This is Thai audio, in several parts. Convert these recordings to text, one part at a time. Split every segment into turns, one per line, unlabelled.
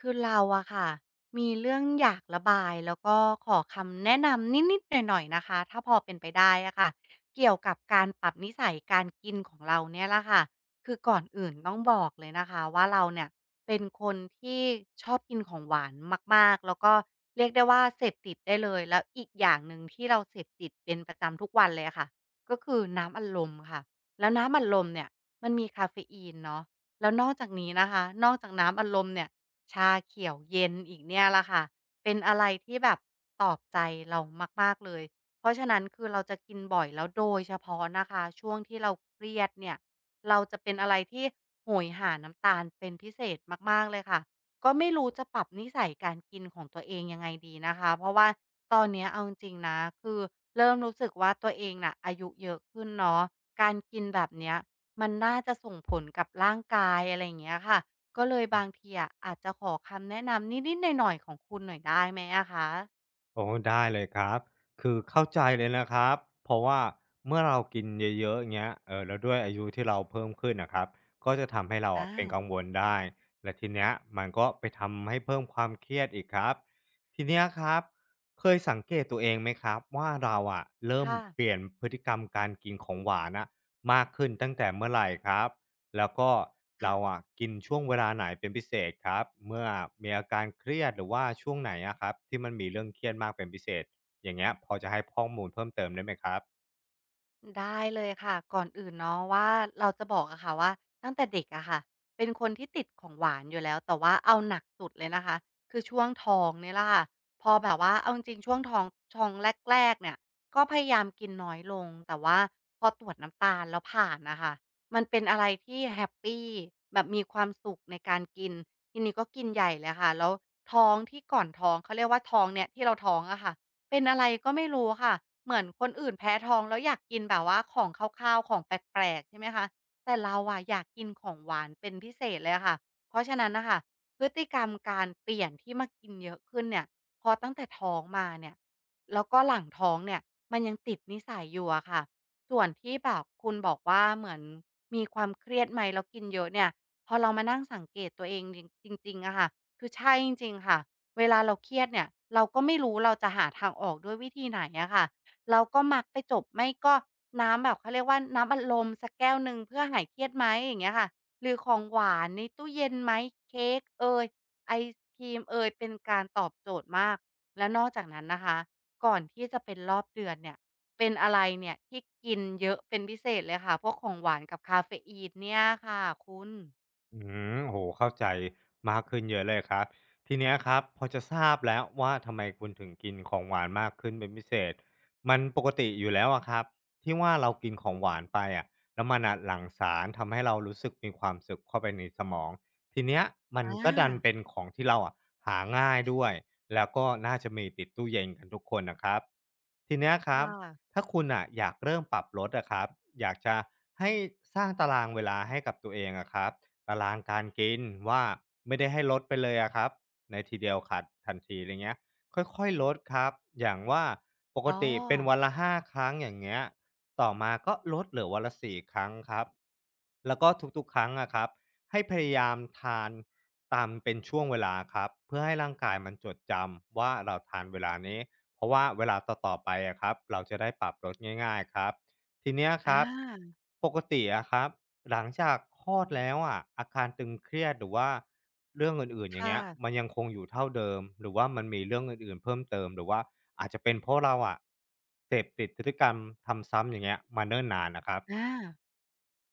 คือเราอะค่ะมีเรื่องอยากระบายแล้วก็ขอคำแนะนำนิดๆหน่อยๆนะคะถ้าพอเป็นไปได้อะค่ะเกี่ยวกับการปรับนิสัยการกินของเราเนี่ยแหละค่ะคือก่อนอื่นต้องบอกเลยนะคะว่าเราเนี่ยเป็นคนที่ชอบกินของหวานมากๆแล้วก็เรียกได้ว่าเสพติดได้เลยแล้วอีกอย่างหนึ่งที่เราเสพติดเป็นประจำทุกวันเลยอะค่ะก็คือน้ำอัดลมค่ะแล้วน้ำอัดลมเนี่ยมันมีกาเฟอีนเนาะแล้วนอกจากนี้นะคะนอกจากน้ำอัดลมเนี่ย ชาเขียวเย็นอีกเนี่ยแหละค่ะเป็นอะไรที่แบบตอบใจเรามากๆเลยเพราะฉะนั้นคือเราจะกินบ่อยแล้วโดยเฉพาะนะคะช่วงที่เราเครียดเนี่ยเราจะเป็นอะไรที่โหยหาน้ำตาลเป็นพิเศษมากๆเลยค่ะก็ไม่รู้จะปรับนิสัยการกินของตัวเองยังไงดีนะคะเพราะว่าตอนเนี้ยเอาจริงๆนะคือเริ่มรู้สึกว่าตัวเองน่ะอายุเยอะขึ้นเนาะการกินแบบเนี้ยมันน่าจะส่งผลกับร่างกายอะไรอย่างเงี้ยค่ะ ก็เลยบางทีอะอาจจะขอคำแนะนำนิดๆหน่อยๆของคุณหน่อยได้ไหมอะคะ
โอ้ได้เลยครับคือเข้าใจเลยนะครับเพราะว่าเมื่อเรากินเยอะๆอย่างเงี้ยแล้วด้วยอายุที่เราเพิ่มขึ้นนะครับก็จะทำให้เรา
อา
อะเป็นกังวลได้และทีเนี้ยมันก็ไปทำให้เพิ่มความเครียดอีกครับทีเนี้ยครับเคยสังเกตตัวเองไหมครับว่าเราอะเริ่ม
ค่ะ
เปลี่ยนพฤติกรรมการกินของหวานอะมากขึ้นตั้งแต่เมื่อไหรครับ แล้วก็
อา
เราอะกินช่วงเวลาไหนเป็นพิเศษครับเมื่อมีอาการเครียดหรือว่าช่วงไหนอะครับที่มันมีเรื่องเครียดมากเป็นพิเศษอย่างเงี้ยพอจะให้ข้อมูลเพิ่มเติมได้ไหมครับ
ได้เลยค่ะก่อนอื่นเนาะว่าเราจะบอกอะค่ะว่าตั้งแต่เด็กอะค่ะเป็นคนที่ติดของหวานอยู่แล้วแต่ว่าเอาหนักสุดเลยนะคะคือช่วงท้องเนี่ยแหละค่ะพอแบบว่าเอาจริงๆช่วงท้องท้องแรกๆเนี่ยก็พยายามกินน้อยลงแต่ว่าพอตรวจน้ำตาลแล้วผ่านนะค่ะมันเป็นอะไรที่แฮปปีแบบมีความสุขในการกินทีนี้ก็กินใหญ่เลยค่ะแล้วท้องที่ก่อนท้องเขาเรียกว่าท้องเนี่ยที่เราท้องอะค่ะ เป็นอะไรก็ไม่รู้ค่ะเหมือนคนอื่นแพ้ท้องแล้วอยากกินแบบว่าของคาวๆของแปลกๆใช่ไหมคะแต่เราอะอยากกินของหวานเป็นพิเศษเลยอะค่ะเพราะฉะนั้นนะคะพฤติกรรมการเปลี่ยนที่มากินเยอะขึ้นเนี่ยพอตั้งแต่ท้องมาเนี่ยแล้วก็หลังท้องเนี่ยมันยังติดนิสัยอยู่อะค่ะส่วนที่แบบคุณบอกว่าเหมือนมีความเครียดไหมแล้วกินเยอะเนี่ยพอเรามานั่งสังเกตตัวเองจริงจริงๆอะค่ะคือใช่จริงๆค่ะ เวลาเราเครียดเนี่ยเราก็ไม่รู้เราจะหาทางออกด้วยวิธีไหนอะค่ะเราก็มักไปจบไม่ก็น้ำแบบเขาเรียกว่าน้ำอัดลมสักแก้วหนึ่งเพื่อหายเครียดไหมอย่างเงี้ยค่ะหรือของหวานในตู้เย็นไหมเค้กเอยไอศกรีมเอยเป็นการตอบโจทย์มากแล้วนอกจากนั้นนะคะก่อนที่จะเป็นรอบเดือนเนี่ยเป็นอะไรเนี่ยที่กินเยอะเป็นพิเศษเลยค่ะพวกของหวานกับกาเฟอีนเนี่ยค่ะคุณ
อืมโหเข้าใจมากขึ้นเยอะเลยครับทีเนี้ยครับพอจะทราบแล้วว่าทำไมคุณถึงกินของหวานมากขึ้นเป็นพิเศษมันปกติอยู่แล้วอะครับที่ว่าเรากินของหวานไปอะแล้วมันอะหลั่งสารทำให้เรารู้สึกมีความสุขเข้าไปในสมองทีเนี้ยมัน
อา
ก็ดันเป็นของที่เราอะหาง่ายด้วยแล้วก็น่าจะมีติดตู้เย็นกันทุกคนนะครับทีเนี้ยครับ
ค่ะค่ะ
ถ้าคุณอ่ะอยากเริ่มปรับลดอะครับอยากจะให้สร้างตารางเวลาให้กับตัวเองอะครับ ตารางการกินว่าไม่ได้ให้ลดไปเลยอะครับในทีเดียวขาดทันทีอะไรเงี้ยค่อยๆลดครับอย่างว่าปก
อ๋อ
ติเป็นวันละ5ครั้งอย่างเงี้ยต่อมาก็ลดเหลือวันละ4ครั้งครับแล้วก็ทุกๆครั้งอะครับให้พยายามทานตามเป็นช่วงเวลาครับเพื่อให้ร่างกายมันจดจำว่าเราทานเวลานี้เพราะว่าเวลาต่อๆไปอะครับเราจะได้ปรับลดง่ายๆครับทีเนี้ยค
อ
รับ
า
ปกติอะครับ หลังจากคลอดแล้วอะอาการตึงเครียดหรือว่าเรื่องอื่นๆอ
ค
ย่างเงี้ย
่ะ
มันยังคงอยู่เท่าเดิมหรือว่ามันมีเรื่องอื่นๆเพิ่มเติมหรือว่าอาจจะเป็นเพราะเราอะเสพติดพฤติกรรมทำซ้ำอย่างเงี้ยมาเนิ่นนานนะครับ
อา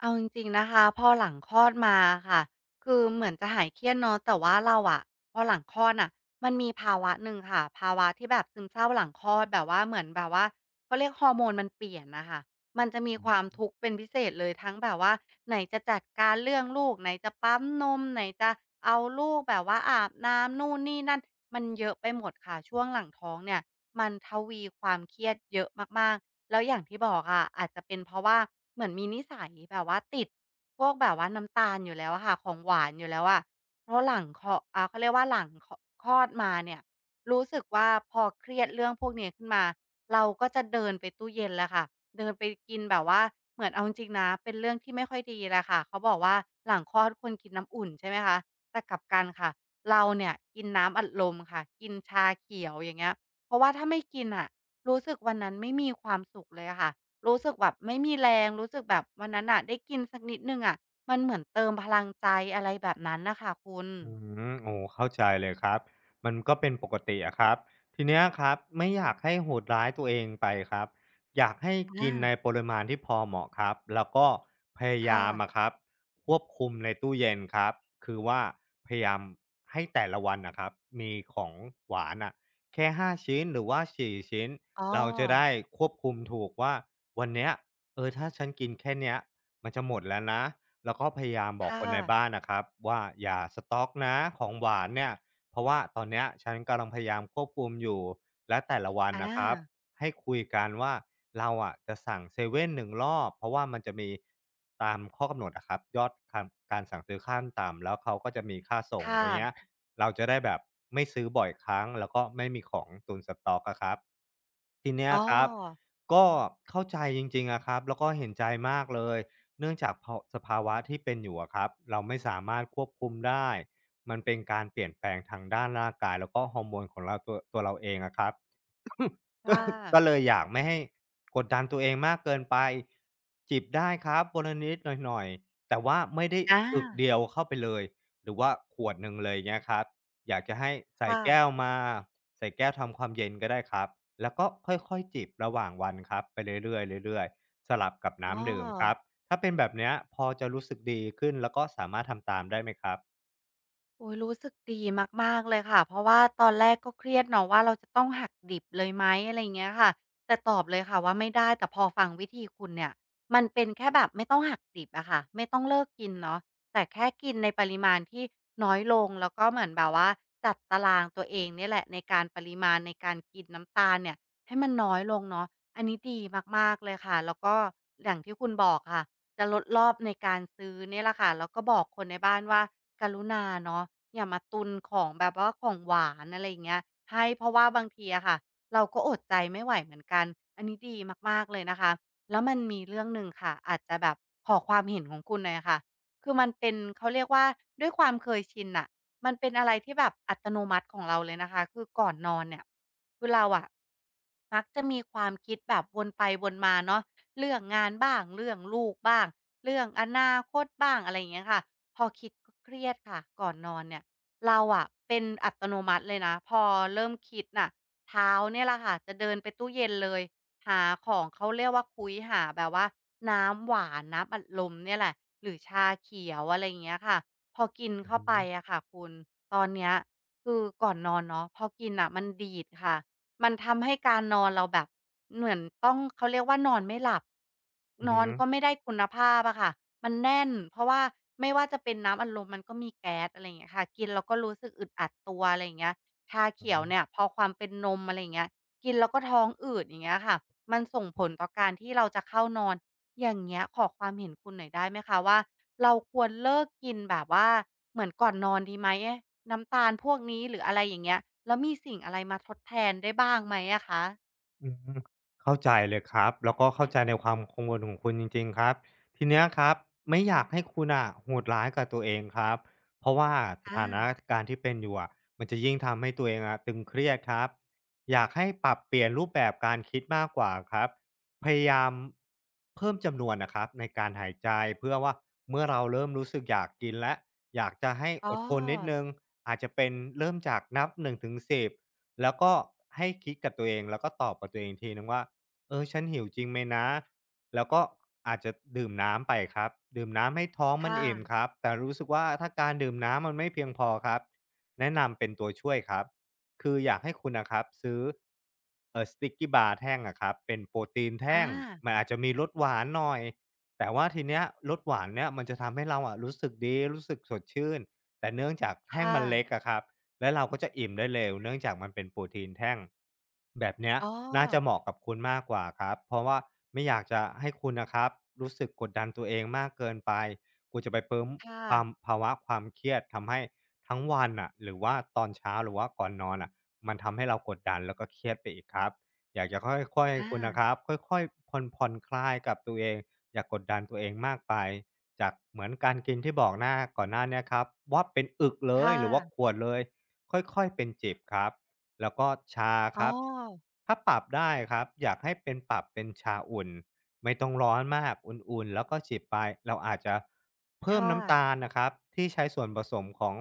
เอาจริงๆนะคะพอหลังคลอดมาค่ะคือเหมือนจะหายเครียดเนาะแต่ว่าเราอะพอหลังคลอดน่ะมันมีภาวะหนึ่งค่ะภาวะที่แบบซึมเศร้าหลังคลอดแบบว่าเหมือนแบบว่าเขาเรียกฮอร์โมนมันเปลี่ยนน่ะค่ะมันจะมีความทุกข์เป็นพิเศษเลยทั้งแบบว่าไหนจะจัดการเรื่องลูกไหนจะปั๊มนมไหนจะเอาลูกแบบว่าอาบน้ำนู่นนี่นั่นมันเยอะไปหมดค่ะช่วงหลังท้องเนี่ยมันทวีความเครียดเยอะมากๆ แล้วอย่างที่บอกอะอาจจะเป็นเพราะว่าเหมือนมีนิสัยแบบว่าติดพวกแบบว่าน้ำตาลอยู่แล้วอะค่ะของหวานอยู่แล้วอะเพราะหลังคลออ่าเขาเรียกว่าหลังคคลอดมาเนี่ยรู้สึกว่าพอเครียดเรื่องพวกนี้ขึ้นมาเราก็จะเดินไปตู้เย็นแหละค่ะเดินไปกินแบบว่าเหมือนเอาจริงๆนะเป็นเรื่องที่ไม่ค่อยดีแหละค่ะเขาบอกว่าหลังคลอดควรกินน้ำอุ่นใช่ไหมคะแต่กลับกันค่ะเราเนี่ยกินน้ำอัดลมค่ะกินชาเขียวอย่างเงี้ยเพราะว่าถ้าไม่กินน่ะ รู้สึกวันนั้นไม่มีความสุขเลยอะค่ะ รู้สึกแบบไม่มีแรง รู้สึกแบบวันนั้นน่ะได้กินสักนิดหนึ่งอะมันเหมือนเติมพลังใจอะไรแบบนั้นน่ะค่ะคุณ
อืมโอ้เข้าใจเลยครับมันก็เป็นปกติอะครับทีเนี้ยครับไม่อยากให้โหดร้ายตัวเองไปครับอยากให้
อา
กินในปริมาณที่พอเหมาะครับแล้วก็พยา
ค่ะ
ยามอะครับควบคุมในตู้เย็นครับคือว่าพยายามให้แต่ละวันนะครับมีของหวานอ่ะแค่ห้าชิ้นหรือว่า4ชิ้น
อ๋อ
เราจะได้ควบคุมถูกว่าวันเนี้ยเออถ้าฉันกินแค่เนี้ยมันจะหมดแล้วนะ แล้วก็พยายามบอกค
ค่ะ
นในบ้านนะครับว่าอย่าสต็อกนะของหวานเนี่ยเพราะว่าตอนเนี้ยฉันกำลังพยายามควบคุมอยู่และแต่ละวัน
อา
นะครับให้คุยกันว่าเราอะจะสั่งเซเว่นหนึ่งรอบเพราะว่ามันจะมีตามข้อกำหนดนะครับยอดนการสั่งซื้อขั้นต่ำแล้วเขาก็จะมีค่าส่งอะ
ค่ะ
ไรเงี้ยเราจะได้แบบไม่ซื้อบ่อยครั้งแล้วก็ไม่มีของตุนสต็อกอะครับทีเนี้ย
อ๋อ
ครับก็เข้าใจจริงๆอะครับแล้วก็เห็นใจมากเลย เนื่องจากภาวะที่เป็นอยู่อะครับเราไม่สามารถควบคุมได้มันเป็นการเปลี่ยนแปลงทางด้านร่างกายแล้วก็ฮอร์โมนของเราตัวเราเองอะครับ ก็
ค่ะ
ก็เลยอยากไม่ให้กดดันตัวเองมากเกินไปจิบได้ครับวันละนิดหน่อยๆแต่ว่าไม่ได้
อา
อึกเดียวเข้าไปเลยหรือว่าขวดหนึ่งเลยเงี้ยครับอยากจะให้ใส่
ค่ะ
แก้วมาใส่แก้วทำความเย็นก็ได้ครับแล้วก็ค่อยๆจิบระหว่างวันครับไปเรื่อยๆเรื่อยๆสลับกับ
อ้อ
น้ำดื่มครับ ถ้าเป็นแบบเนี้ยพอจะรู้สึกดีขึ้นแล้วก็สามารถทำตามได้ไหมครับ
โอ้ยรู้สึกดีมากๆเลยค่ะเพราะว่าตอนแรกก็เครียดเนาะว่าเราจะต้องหักดิบเลยไหมอะไรอย่างเงี้ยค่ะแต่ตอบเลยค่ะว่าไม่ได้แต่พอฟังวิธีคุณเนี่ยมันเป็นแค่แบบไม่ต้องหักดิบอะค่ะไม่ต้องเลิกกินเนาะแต่แค่กินในปริมาณที่น้อยลงแล้วก็เหมือนแบบว่าจัดตารางตัวเองเนี่ยแหละในการปริมาณในการกินน้ำตาลเนี่ยให้มันน้อยลงเนาะอันนี้ดีมากๆเลยค่ะแล้วก็อย่างที่คุณบอกค่ะ จะลดรอบในการซื้อเนี่ยแหละค่ะแล้วก็บอกคนในบ้านว่ากรุณาเนาะอย่ามาตุนของแบบว่าของหวานอะไรอย่างเงี้ยให้เพราะว่าบางทีอะค่ะเราก็อดใจไม่ไหวเหมือนกันอันนี้ดีมากๆเลยนะคะแล้วมันมีเรื่องหนึ่งค่ะอาจจะแบบขอความเห็นของคุณหน่อยอะค่ะมันเป็นเขาเรียกว่าด้วยความเคยชินน่ะมันเป็นอะไรที่แบบอัตโนมัติของเราเลยนะคะคือก่อนนอนเนี่ยคือเราอะมักจะมีความคิดแบบวนไปวนมาเนาะ เรื่องงานบ้างเรื่องลูกบ้างเรื่องอนาคตบ้างอะไรอย่างเงี้ยค่ะพอคิดก็เครียดค่ะก่อนนอนเนี่ยเราอะเป็นอัตโนมัติเลยนะพอเริ่มคิดน่ะเท้าเนี่ยแหละค่ะจะเดินไปตู้เย็นเลยหาของเขาเรียกว่าคุ้ยหาแบบว่าน้ำหวานน้ำอัดลมเนี่ยแหละหรือชาเขียวอะไรอย่างเงี้ยค่ะพอกิน
อือ
เข้า
ฮ
ไป
ึ
อะค่ะคุณตอนเนี้ยคือก่อนนอนเนาะพอกินน่ะมันดีดค่ะ มันทำให้การนอนเราแบบเหมือนต้องเขาเรียกว่านอนไม่หลับ
อื
น
อ
อ
ฮึ
นก็ไม่ได้คุณภาพอะค่ะมันแน่นเพราะว่าไม่ว่าจะเป็นน้ำอัดลมมันก็มีแก๊สอะไรอย่างเงี้ยค่ะกินแล้วก็รู้สึกอึดอัดตัวอะไรอย่างเงี้ยชา
อื
เขียว
อ
เนี่ยพอความเป็นนมอะไรอย่างเงี้ยกินแล้วก็ท้องอืดอย่างเงี้ยค่ะมันส่งผลต่อการที่เราจะเข้านอนอย่างเงี้ยขอความเห็นคุณหน่อยได้ไหมคะว่า เราควรเลิกกินแบบว่าเหมือนก่อนนอนดีไหมน้ำตาลพวกนี้หรืออะไรอย่างเงี้ยแล้วมีสิ่งอะไรมาทดแทนได้บ้างไหมอะคะ
อืมเข้าใจเลยครับแล้วก็เข้าใจในความกังวลของคุณจริงๆครับทีเนี้ยครับไม่อยากให้คุณอ่ะโหดร้ายกับตัวเองครับเพราะว่าส
อา
ถานการณ์ที่เป็นอยู่อะมันจะยิ่งทำให้ตัวเองอะตึงเครียดครับอยากให้ปรับเปลี่ยนรูปแบบการคิดมากกว่าครับพยายามเพิ่มจำนวนนะครับในการหายใจเพื่อว่าเมื่อเราเริ่มรู้สึกอยากกินและอยากจะให้
อ๋อ
อดทนนิดนึงอาจจะเป็นเริ่มจากนับหนึ่งถึงสิบ แล้วก็ให้คิดกับตัวเองแล้วก็ตอบกับตัวเองทีนึงว่าเออฉันหิวจริงไหมนะแล้วก็อาจจะดื่มน้ำไปครับดื่มน้ำให้ท้องมัน
ค่ะ
อิ่มครับแต่รู้สึกว่าถ้าการดื่มน้ำมันไม่เพียงพอครับแนะนำเป็นตัวช่วยครับคืออยากให้คุณนะครับซื้อสติกกี้บาร์แท่งอะครับเป็นโปรตีนแท่
อา
งมันอาจจะมีรสหวานหน่อยแต่ว่าทีเนี้ยรสหวานเนี้ยมันจะทำให้เราอะรู้สึกดีรู้สึกสดชื่นแต่เนื่องจากแท่ง
ค่ะ
มันเล็กอะครับ และเราก็จะอิ่มได้เร็วเนื่องจากมันเป็นโปรตีนแท่งแบบเนี้ย
อ๋อ
น่าจะเหมาะกับคุณมากกว่าครับเพราะว่าไม่อยากจะให้คุณนะครับรู้สึกกดดันตัวเองมากเกินไปกลัจะไปเพิ่ม
ค่ะ
ความภาวะความเครียดทำให้ทั้งวันอ่ะหรือว่าตอนเช้าหรือว่าก่อนนอนอ่ะมันทำให้เรากดดันแล้วก็เครียดไปอีกครับอยากจะค่อยๆให้
อา
คุณนะครับค่อยๆผ่อนคลายกับตัวเองอย่ากดดันตัวเองมากไปจากเหมือนการกินที่บอกหน้าก่อนหน้าเนี้ครับว่าเป็นอึกเล
ค
ยหรือว่าข
่ะ
วดเลย ค่อยๆ เป็นเจิบครับแล้วก็ชา
อ๋
ค
อ
รับ ถ้าปรับได้ครับอยากให้เป็นปรับเป็นชาอุ่น ไม่ต้องร้อนมาก อุ่นๆ แล้วก็จิบไป เราอาจจะเพิ่ม
ค่ะ
น้ำตาลนะครับ ที่ใช้ส่วนผสมของ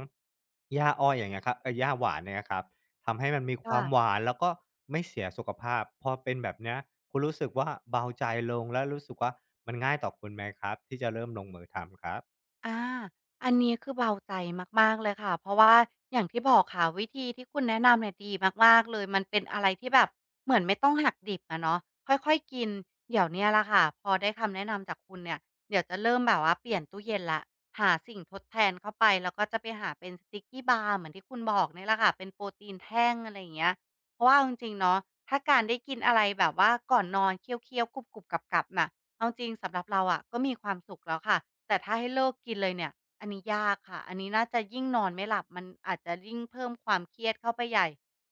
หญ้าอ้อยอย่างเงี้ยครับเอยหญ้าหวานเนี่ยครับทำให้มันมีความห
ค่ะ
วานแล้วก็ไม่เสียสุขภาพพอเป็นแบบเนี้ยคุณรู้สึกว่าเบาใจลงแล้วรู้สึกว่ามันง่ายต่อคุณไหมครับที่จะเริ่มลงมือทำครับ
อาอันนี้คือเบาใจมากๆเลยค่ะเพราะว่าอย่างที่บอกค่ะวิธีที่คุณแนะนำเนี่ยดีมากๆเลยมันเป็นอะไรที่แบบเหมือนไม่ต้องหักดิบอะเนาะค่อยๆกินเดี๋ยวเนี่ยแหละค่ะพอได้คำแนะนำจากคุณเนี่ยเดี๋ยวจะเริ่มแบบว่าเปลี่ยนตู้เย็นแล้วหาสิ่งทดแทนเข้าไปแล้วก็จะไปหาเป็นสติกกี้บาร์เหมือนที่คุณบอกเนี่ยแหละค่ะเป็นโปรตีนแท่งอะไรอย่างเงี้ยเพราะว่าเอาจริงๆเนาะถ้าการได้กินอะไรแบบว่าก่อนนอนเคี้ยวๆกรุบๆกรับๆน่ะ เอาจริงสำหรับเราอะก็มีความสุขแล้วค่ะแต่ถ้าให้เลิกกินเลยเนี่ยอันนี้ยากค่ะอันนี้น่าจะยิ่งนอนไม่หลับมันอาจจะยิ่งเพิ่มความเครียดเข้าไปใหญ่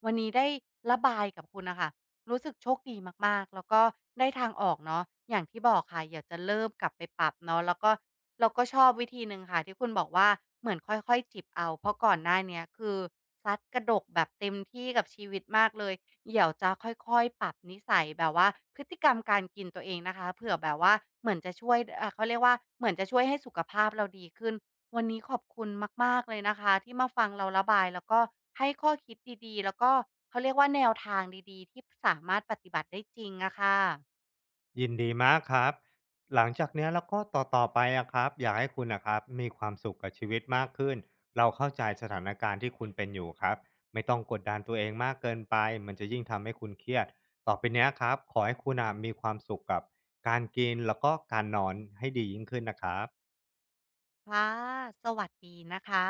วันนี้ได้ระบายกับคุณนะคะ รู้สึกโชคดีมากๆแล้วก็ได้ทางออกเนาะอย่างที่บอกค่ะอยากจะเริ่มกลับไปปรับเนาะแล้วก็เราก็ชอบวิธีหนึ่งค่ะที่คุณบอกว่าเหมือนค่อยๆจิบเอาเพราะก่อนหน้าเนี้ยคือซัดกระดกแบบเต็มที่กับชีวิตมากเลยเดี๋ยวจะค่อยๆปรับนิสัยแบบว่าพฤติกรรมการกินตัวเองนะคะเผื่อแบบว่าเหมือนจะช่วยอ่าเขาเรียกว่าเหมือนจะช่วยให้สุขภาพเราดีขึ้น วันนี้ขอบคุณมากๆเลยนะคะที่มาฟังเราระบายแล้วก็ให้ข้อคิดดีๆแล้วก็เขาเรียกว่าแนวทางดีๆที่สามารถปฏิบัติได้จริงอะค่ะ
ยินดีมากครับหลังจากเนี้ยแล้วก็ต่อๆไปอะครับอยากให้คุณนะครับมีความสุขกับชีวิตมากขึ้นเราเข้าใจสถานการณ์ที่คุณเป็นอยู่ครับไม่ต้องกดดันตัวเองมากเกินไปมันจะยิ่งทำให้คุณเครียดต่อไปเนี้ยครับขอให้คุณอะมีความสุขกับการกินแล้วก็การนอนให้ดียิ่งขึ้นนะครับ
ค่ะสวัสดีนะคะ